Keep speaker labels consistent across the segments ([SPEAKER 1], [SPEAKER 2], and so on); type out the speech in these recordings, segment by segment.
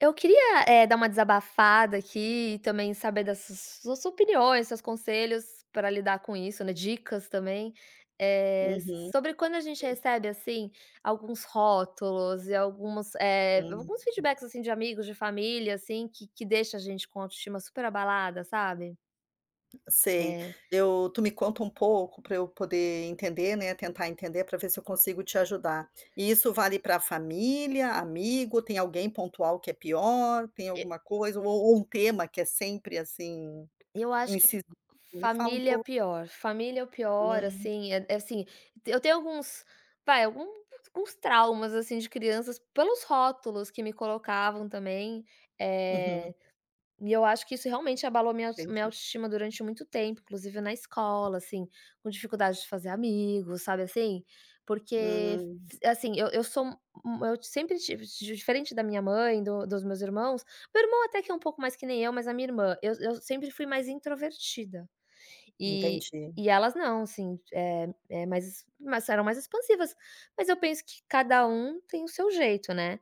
[SPEAKER 1] Eu queria, dar uma desabafada aqui e também saber das su suas opiniões, seus conselhos para lidar com isso, né, dicas também, eh,
[SPEAKER 2] Uhum,
[SPEAKER 1] sobre quando a gente recebe, assim, alguns rótulos e alguns
[SPEAKER 2] hum,
[SPEAKER 1] alguns feedbacks, assim, de amigos, de família, assim, que deixa a gente com a autoestima super abalada, sabe.
[SPEAKER 2] sei.
[SPEAKER 1] Eh,
[SPEAKER 2] Eu tu me conta um pouco para eu poder entender, né, tentar entender para ver se eu consigo te ajudar. E isso vale para família, amigo, tem alguém pontual que é pior, tem alguma coisa ou um tema que é sempre, assim,
[SPEAKER 1] Eu acho que f
[SPEAKER 2] incisivo? Me fala um
[SPEAKER 1] família é o
[SPEAKER 2] pouco.
[SPEAKER 1] pior, família é o pior,
[SPEAKER 2] Hum,
[SPEAKER 1] assim, é assim, eu tenho alguns vai, algum alguns traumas, assim, de crianças pelos rótulos que me colocavam também, eh
[SPEAKER 2] uhum,
[SPEAKER 1] e eu acho que isso realmente abalou minha
[SPEAKER 2] entendi.
[SPEAKER 1] autoestima durante muito tempo, inclusive na escola, assim, com dificuldade de fazer amigos, sabe assim? Porque
[SPEAKER 2] Hum,
[SPEAKER 1] assim, eu sou eu sempre tive diferente da minha mãe, do dos meus irmãos, meu irmão até que é um pouco mais que nem eu, mas a minha irmã, eu sempre fui mais introvertida. E
[SPEAKER 2] entendi.
[SPEAKER 1] e elas não, assim, mas eram mais expansivas. Mas eu penso que cada um tem o seu jeito, né.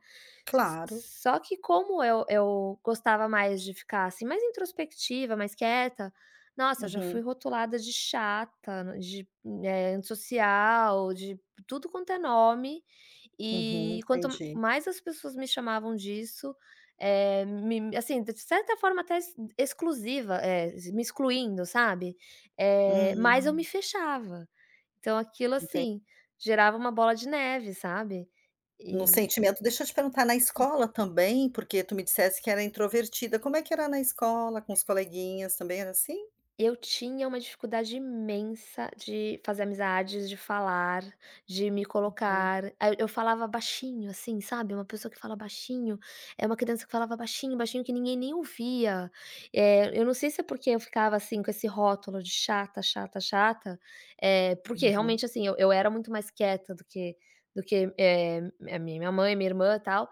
[SPEAKER 1] S
[SPEAKER 2] Claro.
[SPEAKER 1] Só que como eu gostava mais de ficar, assim, mais introspectiva, mais quieta, nossa, já fui
[SPEAKER 2] Uhum,
[SPEAKER 1] rotulada de chata, de, antissocial, de tudo quanto é nome.
[SPEAKER 2] uhum,
[SPEAKER 1] E quanto
[SPEAKER 2] entendi.
[SPEAKER 1] mais as pessoas me chamavam disso, me assim, de certa forma até ex exclusiva, me excluindo, sabe. Mais eu me
[SPEAKER 2] Hum,
[SPEAKER 1] fechava. Então aquilo,
[SPEAKER 2] enten
[SPEAKER 1] assim, gerava uma bola de neve, sabe.
[SPEAKER 2] No
[SPEAKER 1] E
[SPEAKER 2] sentimento, deixa eu te perguntar, na escola também, porque tu me dissesse que era introvertida, como é que era na escola, com os coleguinhas, também era assim?
[SPEAKER 1] eu tinha uma dificuldade imensa de fazer amizades, de falar, de me
[SPEAKER 2] Hum,
[SPEAKER 1] colocar. Aí eu falava baixinho, assim, sabe, uma pessoa que fala baixinho, é uma criança que falava baixinho, baixinho, que ninguém nem ouvia. Eu não sei se é porque eu ficava, assim, com esse rótulo de chata, chata, chata, porque
[SPEAKER 2] uhum.
[SPEAKER 1] realmente, assim, eu era muito mais quieta do que do que, eh, a minha mãe, minha irmã, e tal,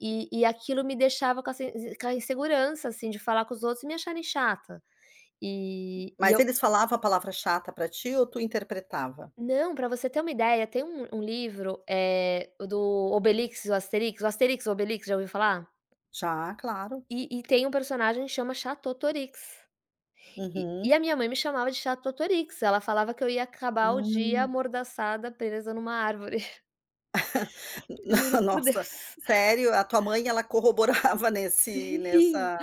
[SPEAKER 1] e aquilo me deixava com essa com a insegurança, assim, de falar com os outros e me acharem chata. E
[SPEAKER 2] Mas
[SPEAKER 1] eu
[SPEAKER 2] eles falavam a palavra chata pra ti ou tu interpretava?
[SPEAKER 1] não, pra você ter uma ideia, tem um livro, é do Obelix e o Asterix. O Asterix, o Obelix, já ouviu falar?
[SPEAKER 2] Já, claro.
[SPEAKER 1] E tem um personagem que chama Chatotorix. E
[SPEAKER 2] Uhum.
[SPEAKER 1] a minha mãe me chamava de Chatotorix, ela falava que eu ia acabar o dia
[SPEAKER 2] Hum.
[SPEAKER 1] amordaçada presa numa árvore. Juro por
[SPEAKER 2] Nossa,
[SPEAKER 1] Deus.
[SPEAKER 2] sério? A tua mãe ela corroborava nesse
[SPEAKER 1] Sim,
[SPEAKER 2] nessa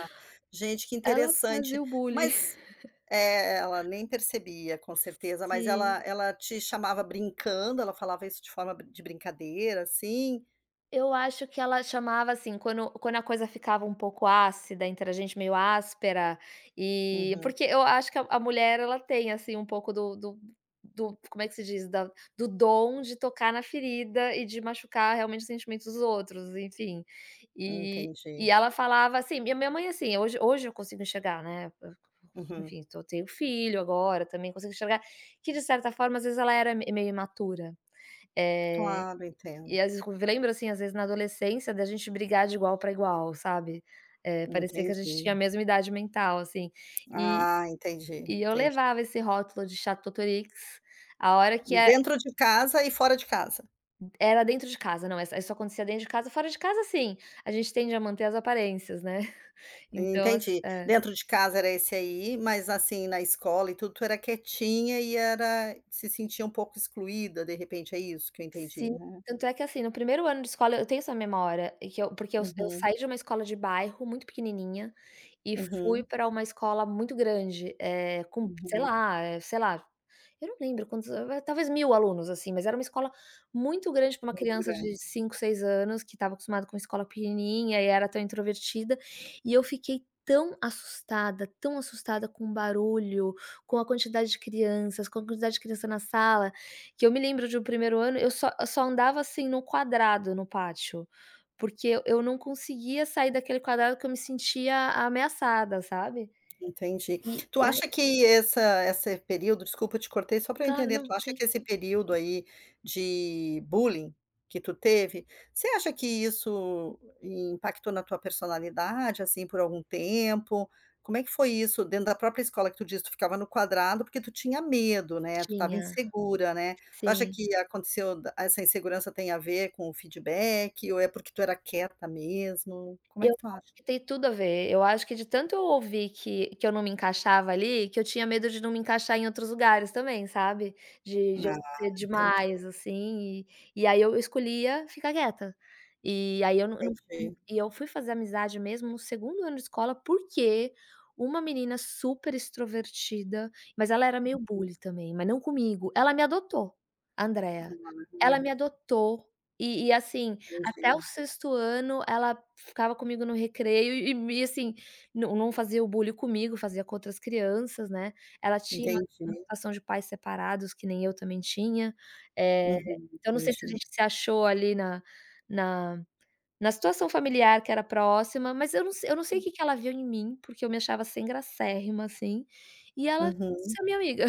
[SPEAKER 2] gente, que
[SPEAKER 1] ela fazia
[SPEAKER 2] interessante.
[SPEAKER 1] o bullying.
[SPEAKER 2] Mas É, ela nem percebia, com certeza, mas ela
[SPEAKER 1] Sim.
[SPEAKER 2] ela te chamava brincando, ela falava isso de forma br de brincadeira, assim?
[SPEAKER 1] Eu acho que ela chamava, assim, quando a coisa ficava um pouco ácida entre a gente, meio áspera, e
[SPEAKER 2] Uhum,
[SPEAKER 1] porque eu acho que a mulher ela tem, assim, um pouco do como é que se diz? Da do dom de tocar na ferida e de machucar realmente os sentimentos dos outros, enfim. E
[SPEAKER 2] entendi.
[SPEAKER 1] ela falava assim minha mãe, assim, hoje eu consigo enxergar, né, Eu-
[SPEAKER 2] Uhum.
[SPEAKER 1] enfim, eu tenho filho agora, também consigo enxergar que de certa forma, às vezes, ela era me meio imatura. Eh
[SPEAKER 2] Claro,
[SPEAKER 1] e
[SPEAKER 2] entendo.
[SPEAKER 1] às vezes eu lembro, assim, às vezes na adolescência da gente brigar de igual para igual, sabe. Parecia que a gente
[SPEAKER 2] Entendi.
[SPEAKER 1] tinha a mesma idade mental, assim. E
[SPEAKER 2] Ah, entendi,
[SPEAKER 1] e eu
[SPEAKER 2] entendi.
[SPEAKER 1] levava esse rótulo de Chatotorix, a hora que era
[SPEAKER 2] Dentro de casa e fora de casa.
[SPEAKER 1] era dentro de casa, não, essa isso acontecia dentro de casa, fora de casa, sim, a gente tende a manter as aparências, né. Então, assi
[SPEAKER 2] Entendi. Dentro de casa era esse aí, mas, assim, na escola e tudo, tu era quietinha e era se sentia um pouco excluída, de repente, é isso que eu entendi,
[SPEAKER 1] Sim,
[SPEAKER 2] né?
[SPEAKER 1] tanto é que assim, no primeiro ano de escola eu tenho essa memória, e que eu porque eu
[SPEAKER 2] Uhum,
[SPEAKER 1] saí de uma escola de bairro muito pequenininha, e fui
[SPEAKER 2] uhum,
[SPEAKER 1] para uma escola muito grande, é com sei
[SPEAKER 2] uhum.
[SPEAKER 1] lá, sei lá, eu não lembro quantos, a talvez 1.000 alunos, assim, mas era uma escola muito grande para uma
[SPEAKER 2] Muito
[SPEAKER 1] criança
[SPEAKER 2] grande.
[SPEAKER 1] de cinco, 6 anos, que estava acostumada com escola pequenininha e era tão introvertida, e eu fiquei tão assustada com o barulho, com a quantidade de crianças, com a quantidade de criança na sala, que eu me lembro de um primeiro ano, eu só andava, assim, no quadrado no pátio, porque eu não conseguia sair daquele quadrado, que eu me sentia ameaçada, sabe.
[SPEAKER 2] Entendi. Tu
[SPEAKER 1] E aí
[SPEAKER 2] acha que essa esse período, desculpa, eu te cortei só para eu
[SPEAKER 1] Claro,
[SPEAKER 2] entender,
[SPEAKER 1] não,
[SPEAKER 2] tu acha
[SPEAKER 1] sim,
[SPEAKER 2] que esse período aí de bullying que tu teve, você acha que isso impactou na tua personalidade, assim, por algum tempo? Como é que foi isso dentro da própria escola que tu disse, tu ficava no quadrado porque tu tinha medo, né, tu estava
[SPEAKER 1] tinha,
[SPEAKER 2] insegura, né. Tu acha
[SPEAKER 1] sim.
[SPEAKER 2] que aconteceu essa insegurança tem a ver com o feedback ou é porque tu era quieta mesmo? Como é
[SPEAKER 1] Eu
[SPEAKER 2] que tu
[SPEAKER 1] acho
[SPEAKER 2] acha?
[SPEAKER 1] que tem tudo a ver, eu acho que de tanto eu ouvir que eu não me encaixava ali, que eu tinha medo de não me encaixar em outros lugares também, sabe. De eu
[SPEAKER 2] Ah,
[SPEAKER 1] ser
[SPEAKER 2] entendi,
[SPEAKER 1] demais, assim, e aí eu escolhia ficar quieta. E aí eu não não
[SPEAKER 2] entendi.
[SPEAKER 1] E eu fui fazer amizade mesmo no segundo ano de escola, porque uma menina super extrovertida, mas ela era meio bully também, mas não comigo, ela me adotou, a Andrea. Ela me adotou e assim, até o
[SPEAKER 2] Entendi,
[SPEAKER 1] sexto ano ela ficava comigo no recreio e me assim, não fazia o bully comigo, fazia com outras crianças, né. Ela tinha uma
[SPEAKER 2] entendi.
[SPEAKER 1] situação de pais separados, que nem eu também tinha, eh,
[SPEAKER 2] Uhum,
[SPEAKER 1] então não sei se a
[SPEAKER 2] entendi.
[SPEAKER 1] gente se achou ali na na situação familiar que era próxima, mas eu não se eu não sei o que que ela viu em mim, porque eu me achava sem gracérrima, assim, e ela quis
[SPEAKER 2] Uhum.
[SPEAKER 1] ser minha amiga.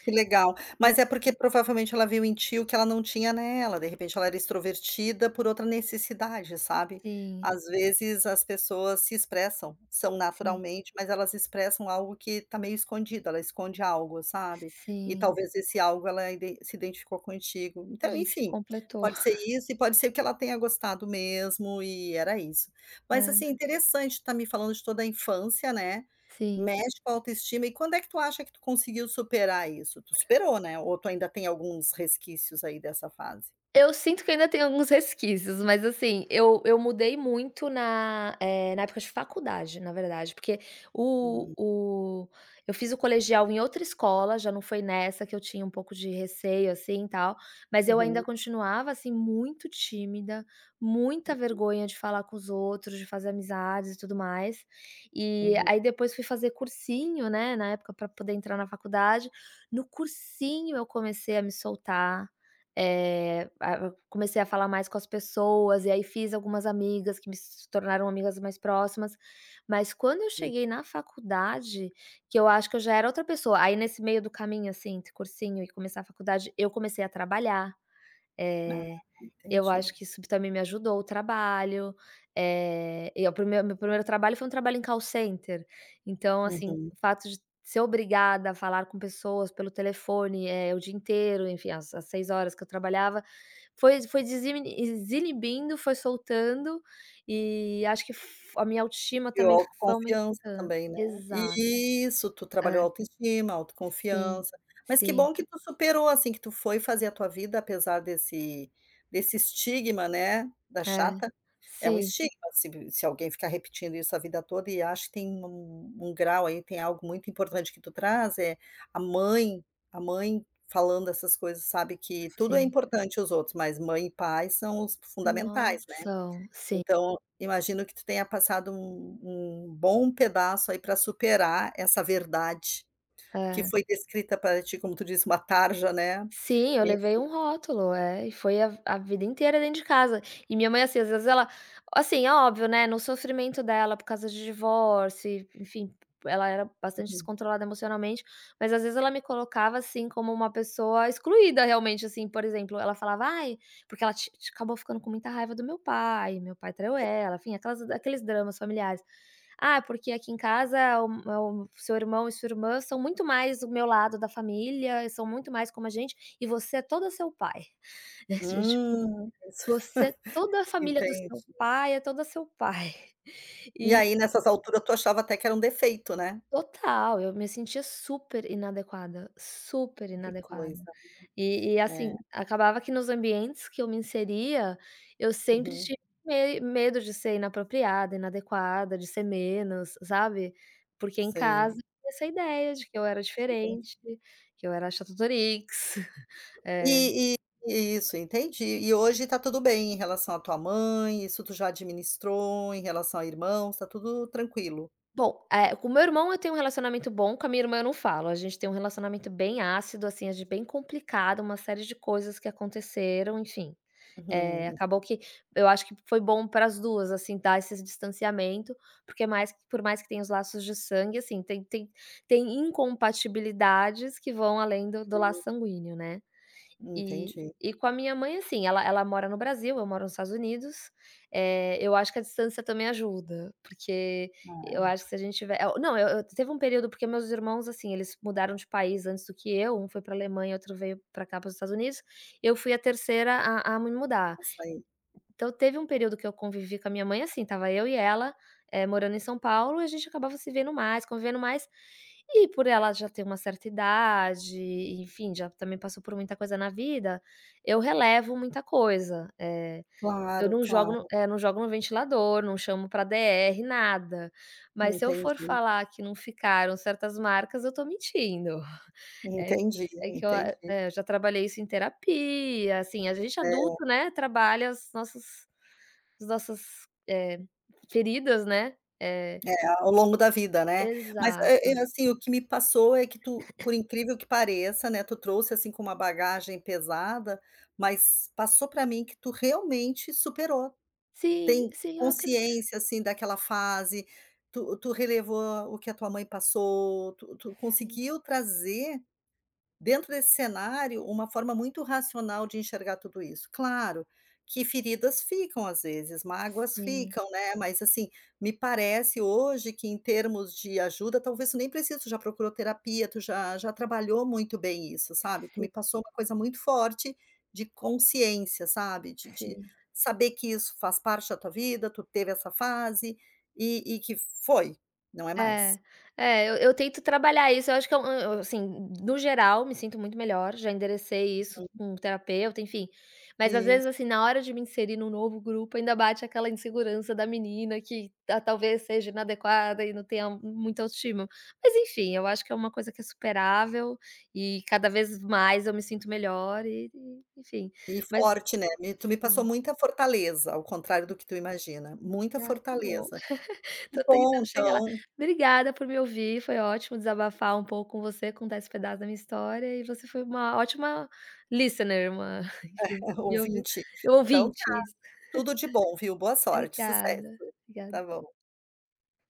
[SPEAKER 2] Que legal. Mas é porque provavelmente ela viu em ti o que ela não tinha nela, de repente ela era extrovertida por outra necessidade, sabe.
[SPEAKER 1] Sim,
[SPEAKER 2] Às vezes as pessoas se expressam, são
[SPEAKER 1] sim,
[SPEAKER 2] naturalmente, mas elas expressam algo que está meio escondido, ela esconde algo, sabe. E
[SPEAKER 1] sim,
[SPEAKER 2] talvez esse algo ela iden se identificou contigo.
[SPEAKER 1] a
[SPEAKER 2] Então,
[SPEAKER 1] gente se
[SPEAKER 2] enfim,
[SPEAKER 1] completou.
[SPEAKER 2] pode ser isso e pode ser que ela tenha gostado mesmo e era isso. Mas, assim,
[SPEAKER 1] É,
[SPEAKER 2] interessante estar me falando de toda a infância, né.
[SPEAKER 1] sim.
[SPEAKER 2] Mexe com a autoestima. E quando é que tu acha que tu conseguiu superar isso? Tu superou, né, ou tu ainda tem alguns resquícios aí dessa fase?
[SPEAKER 1] Eu sinto que ainda tem alguns resquícios, mas assim, eu mudei muito na, na época de faculdade, na verdade, porque
[SPEAKER 2] Hum,
[SPEAKER 1] o eu fiz o colegial em outra escola, já não foi nessa que eu tinha um pouco de receio, assim, e tal, mas eu ainda
[SPEAKER 2] uhum,
[SPEAKER 1] continuava, assim, muito tímida, muita vergonha de falar com os outros, de fazer amizades e tudo mais. E
[SPEAKER 2] uhum,
[SPEAKER 1] aí depois fui fazer cursinho, né, na época para poder entrar na faculdade. No cursinho eu comecei a me soltar, eh, a eu comecei a falar mais com as pessoas, e aí fiz algumas amigas que me se tornaram amigas mais próximas. Mas quando eu
[SPEAKER 2] sim.
[SPEAKER 1] cheguei na faculdade, que eu acho que eu já era outra pessoa, aí nesse meio do caminho, assim, entre cursinho e começar a faculdade, eu comecei a trabalhar.
[SPEAKER 2] Ah,
[SPEAKER 1] Eh, eu acho
[SPEAKER 2] entendi.
[SPEAKER 1] que isso também me ajudou, o trabalho, e o primeiro meu primeiro trabalho foi um trabalho em call center, então, assim,
[SPEAKER 2] Uhum.
[SPEAKER 1] o fato de ser obrigada a falar com pessoas pelo telefone, o dia inteiro, enfim, as 6 horas que eu trabalhava, foi desinibindo, foi soltando, e acho que f a minha autoestima
[SPEAKER 2] E
[SPEAKER 1] também foi
[SPEAKER 2] autoconfiança
[SPEAKER 1] aumentando.
[SPEAKER 2] também, né.
[SPEAKER 1] Exato,
[SPEAKER 2] Isso, tu trabalhou
[SPEAKER 1] é.
[SPEAKER 2] autoestima,
[SPEAKER 1] Sim,
[SPEAKER 2] autoconfiança. Mas que
[SPEAKER 1] sim,
[SPEAKER 2] bom que tu superou, assim, que tu foi fazer a tua vida apesar desse estigma, né, da
[SPEAKER 1] é.
[SPEAKER 2] chata. É um
[SPEAKER 1] Sim,
[SPEAKER 2] estigma, se alguém ficar repetindo isso a vida toda, e acho que tem um grau aí, tem algo muito importante que tu traz, é a mãe a mãe falando essas coisas, sabe, que tudo é
[SPEAKER 1] sim.
[SPEAKER 2] importante, os outros, mas mãe e pai são os fundamentais, né.
[SPEAKER 1] Nossa, sim.
[SPEAKER 2] Então, imagino que tu tenha passado um bom pedaço aí para superar essa verdade que
[SPEAKER 1] É.
[SPEAKER 2] foi descrita para ti, como tu disse, uma tarja, né,
[SPEAKER 1] Sim, eu levei
[SPEAKER 2] enfim.
[SPEAKER 1] um rótulo, é, e foi a vida inteira dentro de casa. E minha mãe, assim, às vezes ela assim, é óbvio, né, no sofrimento dela por causa de divórcio e, enfim, ela era bastante
[SPEAKER 2] Uhum.
[SPEAKER 1] descontrolada emocionalmente, mas às vezes ela me colocava, assim, como uma pessoa excluída realmente, assim, por exemplo, ela falava: "Ai", porque ela acabou ficando com muita raiva do meu pai traiu ela, enfim, aquelas aqueles dramas familiares. Ah, porque aqui em casa o seu irmão e sua irmã são muito mais o meu lado da família, e são muito mais como a gente, e você é toda seu pai. É tipo,
[SPEAKER 2] Isso,
[SPEAKER 1] você é toda a família do seu
[SPEAKER 2] entendi.
[SPEAKER 1] pai, é toda seu pai.
[SPEAKER 2] E
[SPEAKER 1] E
[SPEAKER 2] aí, nessas alturas, tu achava até que era um defeito, né.
[SPEAKER 1] total, eu me sentia super inadequada, super
[SPEAKER 2] Que
[SPEAKER 1] inadequada.
[SPEAKER 2] coisa.
[SPEAKER 1] E
[SPEAKER 2] É.
[SPEAKER 1] assim, acabava que nos ambientes que eu me inseria, eu sempre
[SPEAKER 2] Uhum.
[SPEAKER 1] tive me medo de ser inapropriada, inadequada, de ser menos, sabe. Porque em casa
[SPEAKER 2] Sei.
[SPEAKER 1] eu tinha essa ideia de que eu era
[SPEAKER 2] Entendi.
[SPEAKER 1] diferente, que eu era chatatorix. Eh,
[SPEAKER 2] E e isso, entendi. E hoje tá tudo bem em relação à tua mãe, isso tu já administrou, em relação a irmãos, tá tudo tranquilo?
[SPEAKER 1] Bom, com o meu irmão eu tenho um relacionamento bom, com a minha irmã eu não falo, a gente tem um relacionamento bem ácido, assim, a gente bem complicado, uma série de coisas que aconteceram, enfim.
[SPEAKER 2] Uhum.
[SPEAKER 1] Acabou que eu acho que foi bom para as duas, assim, dar esse distanciamento, porque é mais, por mais que tenha os laços de sangue, assim, tem incompatibilidades que vão além do laço sanguíneo, né. E
[SPEAKER 2] Entendi.
[SPEAKER 1] e com a minha mãe, assim, ela mora no Brasil, eu moro nos Estados Unidos, eu acho que a distância também ajuda, porque eu
[SPEAKER 2] É,
[SPEAKER 1] acho que se a gente tiver não, eu teve um período, porque meus irmãos, assim, eles mudaram de país antes do que eu, um foi para Alemanha, outro veio para cá, para os Estados Unidos, eu fui a terceira a me mudar.
[SPEAKER 2] açaí.
[SPEAKER 1] Então teve um período que eu convivi com a minha mãe, assim, estava eu e ela, morando em São Paulo, e a gente acabava se vendo mais, convivendo mais, e por ela já ter uma certa idade, enfim, já também passou por muita coisa na vida, eu relevo muita coisa, eu
[SPEAKER 2] Claro,
[SPEAKER 1] não jogo
[SPEAKER 2] claro.
[SPEAKER 1] no é, não jogo no ventilador, não chamo pra DR, nada. Mas se eu for
[SPEAKER 2] Entendi,
[SPEAKER 1] falar que não ficaram certas marcas, eu tô mentindo. É que
[SPEAKER 2] entendi,
[SPEAKER 1] é que eu a
[SPEAKER 2] entendi.
[SPEAKER 1] é, eu já trabalhei isso em terapia, assim, a gente
[SPEAKER 2] É,
[SPEAKER 1] adulto, né, trabalha as nossas, eh, feridas, né. É,
[SPEAKER 2] ao longo da vida, né. Mas,
[SPEAKER 1] exato.
[SPEAKER 2] assim, o que me passou é que tu, por incrível que pareça, né, tu trouxe, assim, com uma bagagem pesada, mas passou para mim que tu realmente superou.
[SPEAKER 1] Sim,
[SPEAKER 2] Tem
[SPEAKER 1] sim, eu acredito,
[SPEAKER 2] consciência, assim, daquela fase, tu relevou o que a tua mãe passou, tu
[SPEAKER 1] sim.
[SPEAKER 2] conseguiu trazer, dentro desse cenário, uma forma muito racional de enxergar tudo isso. Claro que feridas ficam às vezes, mágoas
[SPEAKER 1] Sim,
[SPEAKER 2] ficam, né, mas assim, me parece hoje que em termos de ajuda, talvez tu nem precise, tu já procurou terapia, tu já trabalhou muito bem isso, sabe. Tu
[SPEAKER 1] sim,
[SPEAKER 2] me passou uma coisa muito forte de consciência, sabe, de
[SPEAKER 1] sim.
[SPEAKER 2] saber que isso faz parte da tua vida, tu teve essa fase e que foi, não é
[SPEAKER 1] É,
[SPEAKER 2] mais.
[SPEAKER 1] é, eu tento trabalhar isso, eu acho que é um eu assim, no geral, me sinto muito melhor, já enderecei isso
[SPEAKER 2] Hum,
[SPEAKER 1] com o terapeuta, enfim. Mas às vezes,
[SPEAKER 2] isso.
[SPEAKER 1] assim, na hora de me inserir num novo grupo, ainda bate aquela insegurança da menina que ta talvez seja inadequada e não tenha muita autoestima. Mas enfim, eu acho que é uma coisa que é superável, e cada vez mais eu me sinto melhor enfim,
[SPEAKER 2] E
[SPEAKER 1] mas
[SPEAKER 2] forte, né, me tu me passou
[SPEAKER 1] sim.
[SPEAKER 2] muita fortaleza, ao contrário do que tu imagina, muita
[SPEAKER 1] Ah, que bom.
[SPEAKER 2] fortaleza. Que
[SPEAKER 1] Tô
[SPEAKER 2] bom
[SPEAKER 1] tentando chegar lá.
[SPEAKER 2] então,
[SPEAKER 1] Obrigada por me ouvir, foi ótimo desabafar um pouco com você, contar esse pedaço da minha história, e você foi uma ótima listener, uma enfim, me ouviu
[SPEAKER 2] ouvinte, então
[SPEAKER 1] ouvinte,
[SPEAKER 2] tá
[SPEAKER 1] isso.
[SPEAKER 2] tudo de bom, viu. Boa sorte, sucesso.
[SPEAKER 1] Obrigada, obrigada.
[SPEAKER 2] Tá bom.